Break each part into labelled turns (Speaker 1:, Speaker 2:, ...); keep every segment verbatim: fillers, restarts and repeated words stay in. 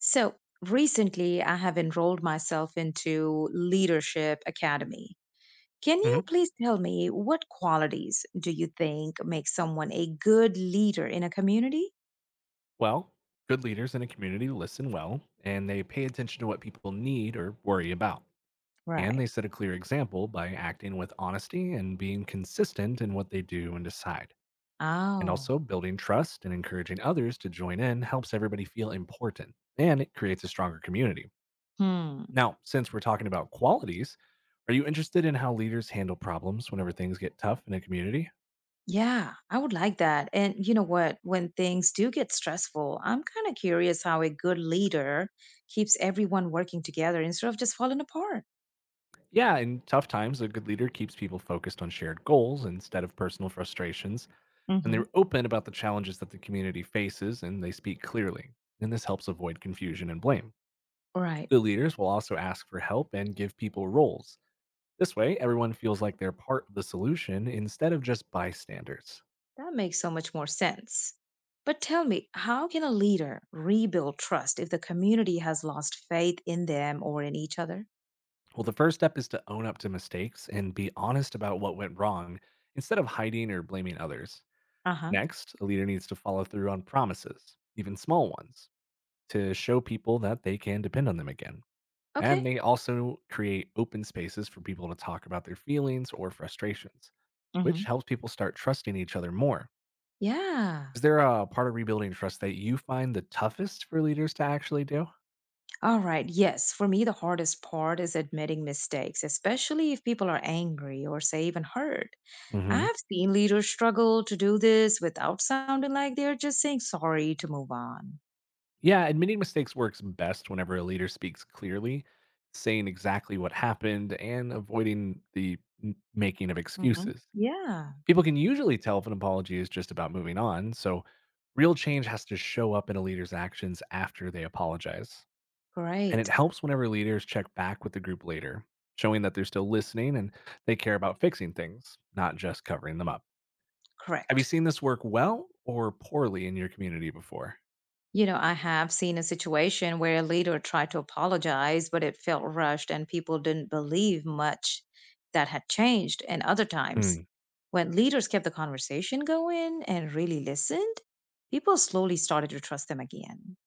Speaker 1: So recently, I have enrolled myself into Leadership Academy. Can you
Speaker 2: hmm
Speaker 1: please tell me what qualities do you think make someone a good leader in a community?
Speaker 2: Well, good leaders in a community listen well and they pay attention to what people need or worry about. And
Speaker 1: Right.
Speaker 2: they set a clear example by acting with honesty and being consistent in what they do and decide. And
Speaker 1: Oh,
Speaker 2: also, building trust and encouraging others to join in helps everybody feel important and it creates a stronger community.
Speaker 1: hmm.
Speaker 2: Now, since we're talking about qualities, are you interested in how leaders handle problems whenever things get tough in a community?
Speaker 1: Yeah, I would like that. And you know what? When things do get stressful, I'm kind of curious how a good leader keeps everyone working together instead of just falling apart.
Speaker 2: Yeah, in tough times, a good leader keeps people focused on shared goals instead of personal frustrations and they're
Speaker 1: Hmm.
Speaker 2: open about the challenges that the community faces and they speak clearly. And this helps avoid confusion and blame.
Speaker 1: Right.
Speaker 2: The leaders will also ask for help and give people roles. This way, everyone feels like they're part of the solution instead of just bystanders.
Speaker 1: That makes so much more sense. But tell me, how can a leader rebuild trust if the community has lost faith in them or in each other?
Speaker 2: Well, the first step is to own up to mistakes and be honest about what went wrong instead of hiding or blaming others.
Speaker 1: Uh huh.
Speaker 2: Next, a leader needs to follow through on promises, even small ones, to show people that they can depend on them again.
Speaker 1: Okay.
Speaker 2: And they also create open spaces for people to talk about their feelings or frustrations, which
Speaker 1: Hmm.
Speaker 2: helps people start trusting each other more.
Speaker 1: Yeah.
Speaker 2: Is there a part of rebuilding trust that you find the toughest for leaders to actually do?
Speaker 1: All right. Yes. For me, the hardest part is admitting mistakes, especially if people are angry or say even hurt.
Speaker 2: Hmm,
Speaker 1: I've seen leaders struggle to do this without sounding like they're just saying sorry to move on.
Speaker 2: yeah, admitting mistakes works best whenever a leader speaks clearly, saying exactly what happened and avoiding the m- making of
Speaker 1: Hmm.
Speaker 2: excuses.
Speaker 1: Yeah.
Speaker 2: People can usually tell if an apology is just about moving on, so real change has to show up in a leader's actions after they apologize. And it
Speaker 1: Great.
Speaker 2: helps whenever leaders check back with the group later, showing that they're still listening and they care about fixing things, not just covering them up. Have you
Speaker 1: Correct.
Speaker 2: seen this work well or poorly in your community before?
Speaker 1: You know, I have seen a situation where a leader tried to apologize, but it felt rushed and people didn't believe much that had changed. And other times,
Speaker 2: Hmm.
Speaker 1: when leaders kept the conversation going and really listened, people slowly started to trust them again.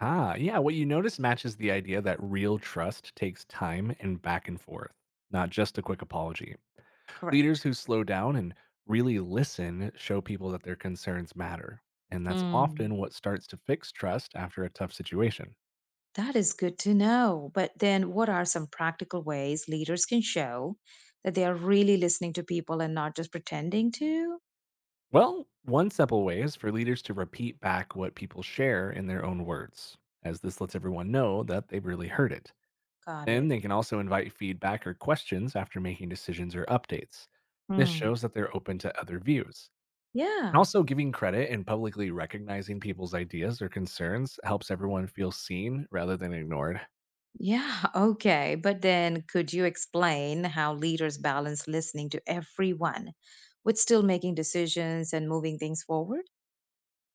Speaker 2: Ah, yeah. What you notice matches the idea that real trust takes time and back and forth, not just a quick apology. Leaders
Speaker 1: Correct.
Speaker 2: who slow down and really listen show people that their concerns matter. And that's
Speaker 1: Mm.
Speaker 2: often what starts to fix trust after a tough situation.
Speaker 1: That is good to know. But then, what are some practical ways leaders can show that they are really listening to people and not just pretending to?
Speaker 2: Well, one simple way is for leaders to repeat back what people share in their own words, as this lets everyone know that they really heard it.
Speaker 1: Got
Speaker 2: Then
Speaker 1: it.
Speaker 2: they can also invite feedback or questions after making decisions or updates. This
Speaker 1: Mm.
Speaker 2: shows that they're open to other views. And
Speaker 1: Yeah.
Speaker 2: also, giving credit and publicly recognizing people's ideas or concerns helps everyone feel seen rather than ignored.
Speaker 1: Yeah, okay. But then could you explain how leaders balance listening to everyone with still making decisions and moving things forward?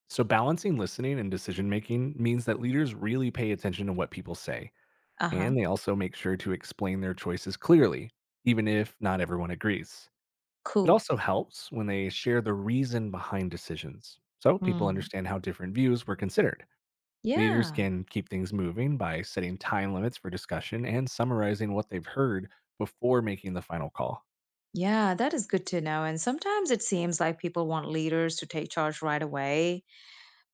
Speaker 2: So, balancing listening and decision making means that leaders really pay attention to what people say
Speaker 1: Uh huh.
Speaker 2: and they also make sure to explain their choices clearly, even if not everyone agrees. It
Speaker 1: Cool.
Speaker 2: also helps when they share the reason behind decisions, so people
Speaker 1: Hmm.
Speaker 2: understand how different views were considered. Leaders
Speaker 1: Yeah.
Speaker 2: can keep things moving by setting time limits for discussion and summarizing what they've heard before making the final call.
Speaker 1: Yeah, that is good to know. And sometimes it seems like people want leaders to take charge right away,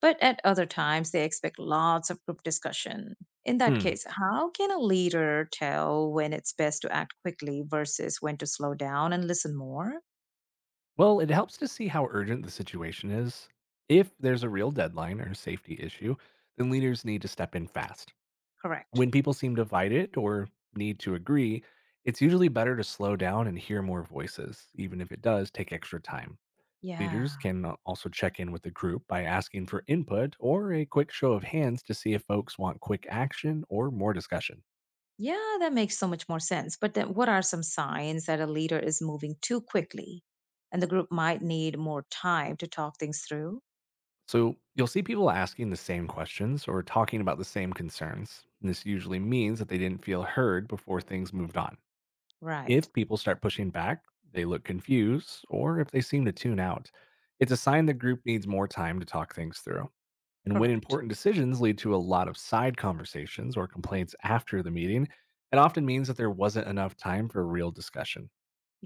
Speaker 1: but at other times they expect lots of group discussion. In that
Speaker 2: Hmm.
Speaker 1: case, how can a leader tell when it's best to act quickly versus when to slow down and listen more?
Speaker 2: Well, it helps to see how urgent the situation is. If there's a real deadline or safety issue, then leaders need to step in fast.
Speaker 1: Correct.
Speaker 2: When people seem divided or need to agree, it's usually better to slow down and hear more voices, even if it does take extra time. Leaders
Speaker 1: Yeah.
Speaker 2: can al- also check in with the group by asking for input or a quick show of hands to see if folks want quick action or more discussion.
Speaker 1: Yeah, that makes so much more sense. But then what are some signs that a leader is moving too quickly and the group might need more time to talk things through?
Speaker 2: So, you'll see people asking the same questions or talking about the same concerns. This usually means that they didn't feel heard before things moved on.
Speaker 1: Right.
Speaker 2: If people start pushing back, they look confused, or if they seem to tune out, it's a sign the group needs more time to talk things through. And when
Speaker 1: Correct.
Speaker 2: important decisions lead to a lot of side conversations or complaints after the meeting, it often means that there wasn't enough time for real discussion.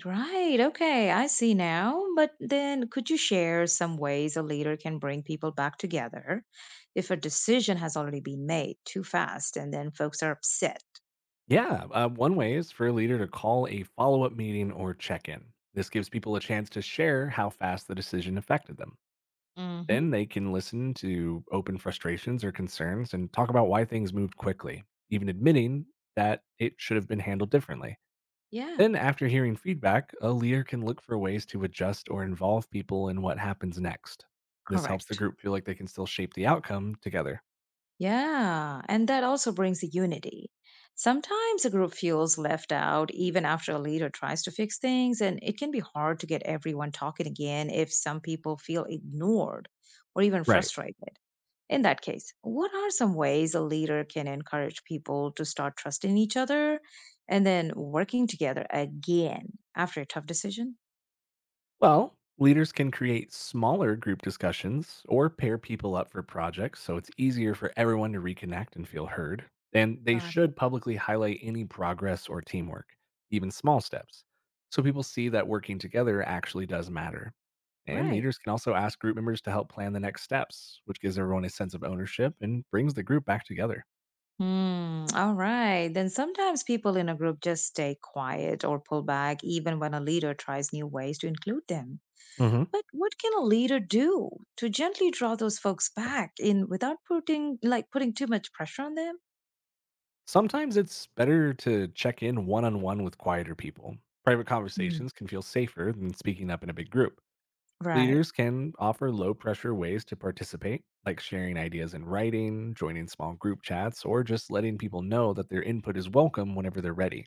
Speaker 1: Right. Okay. I see now. But then could you share some ways a leader can bring people back together if a decision has already been made too fast and then folks are upset?
Speaker 2: Yeah, uh, one way is for a leader to call a follow up meeting or check in. This gives people a chance to share how fast the decision affected them.
Speaker 1: Hmm.
Speaker 2: Then they can listen to open frustrations or concerns and talk about why things moved quickly, even admitting that it should have been handled differently.
Speaker 1: Yeah.
Speaker 2: Then, after hearing feedback, a leader can look for ways to adjust or involve people in what happens next. This helps the
Speaker 1: Correct.
Speaker 2: group feel like they can still shape the outcome together.
Speaker 1: Yeah, and that also brings the unity. Sometimes a group feels left out even after a leader tries to fix things, and it can be hard to get everyone talking again if some people feel ignored or even
Speaker 2: Right.
Speaker 1: frustrated. In that case, what are some ways a leader can encourage people to start trusting each other and then working together again after a tough decision?
Speaker 2: Well, leaders can create smaller group discussions or pair people up for projects so it's easier for everyone to reconnect and feel heard. And they
Speaker 1: Got it.
Speaker 2: should publicly highlight any progress or teamwork, even small steps, so people see that working together actually does matter. And
Speaker 1: Right.
Speaker 2: leaders can also ask group members to help plan the next steps, which gives everyone a sense of ownership and brings the group back together.
Speaker 1: Hmm. All right. Then sometimes people in a group just stay quiet or pull back, even when a leader tries new ways to include them.
Speaker 2: Mhm.
Speaker 1: But what can a leader do to gently draw those folks back in without putting like putting too much pressure on them?
Speaker 2: Sometimes it's better to check in one on one with quieter people. Private
Speaker 1: Mm.
Speaker 2: conversations can feel safer than speaking up in a big group.
Speaker 1: Right.
Speaker 2: Leaders can offer low pressure ways to participate, like sharing ideas in writing, joining small group chats, or just letting people know that their input is welcome whenever they're ready.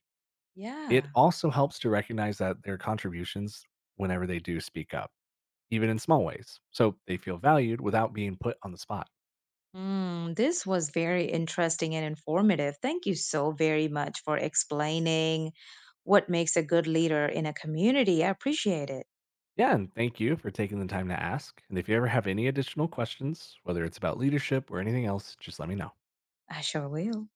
Speaker 2: It
Speaker 1: Yeah.
Speaker 2: also helps to recognize that their contributions whenever they do speak up, even in small ways, so they feel valued without being put on the spot.
Speaker 1: Hmm. This was very interesting and informative. Thank you so very much for explaining what makes a good leader in a community. I appreciate it.
Speaker 2: Yeah, and thank you for taking the time to ask. And if you ever have any additional questions, whether it's about leadership or anything else, just let me know.
Speaker 1: I sure will.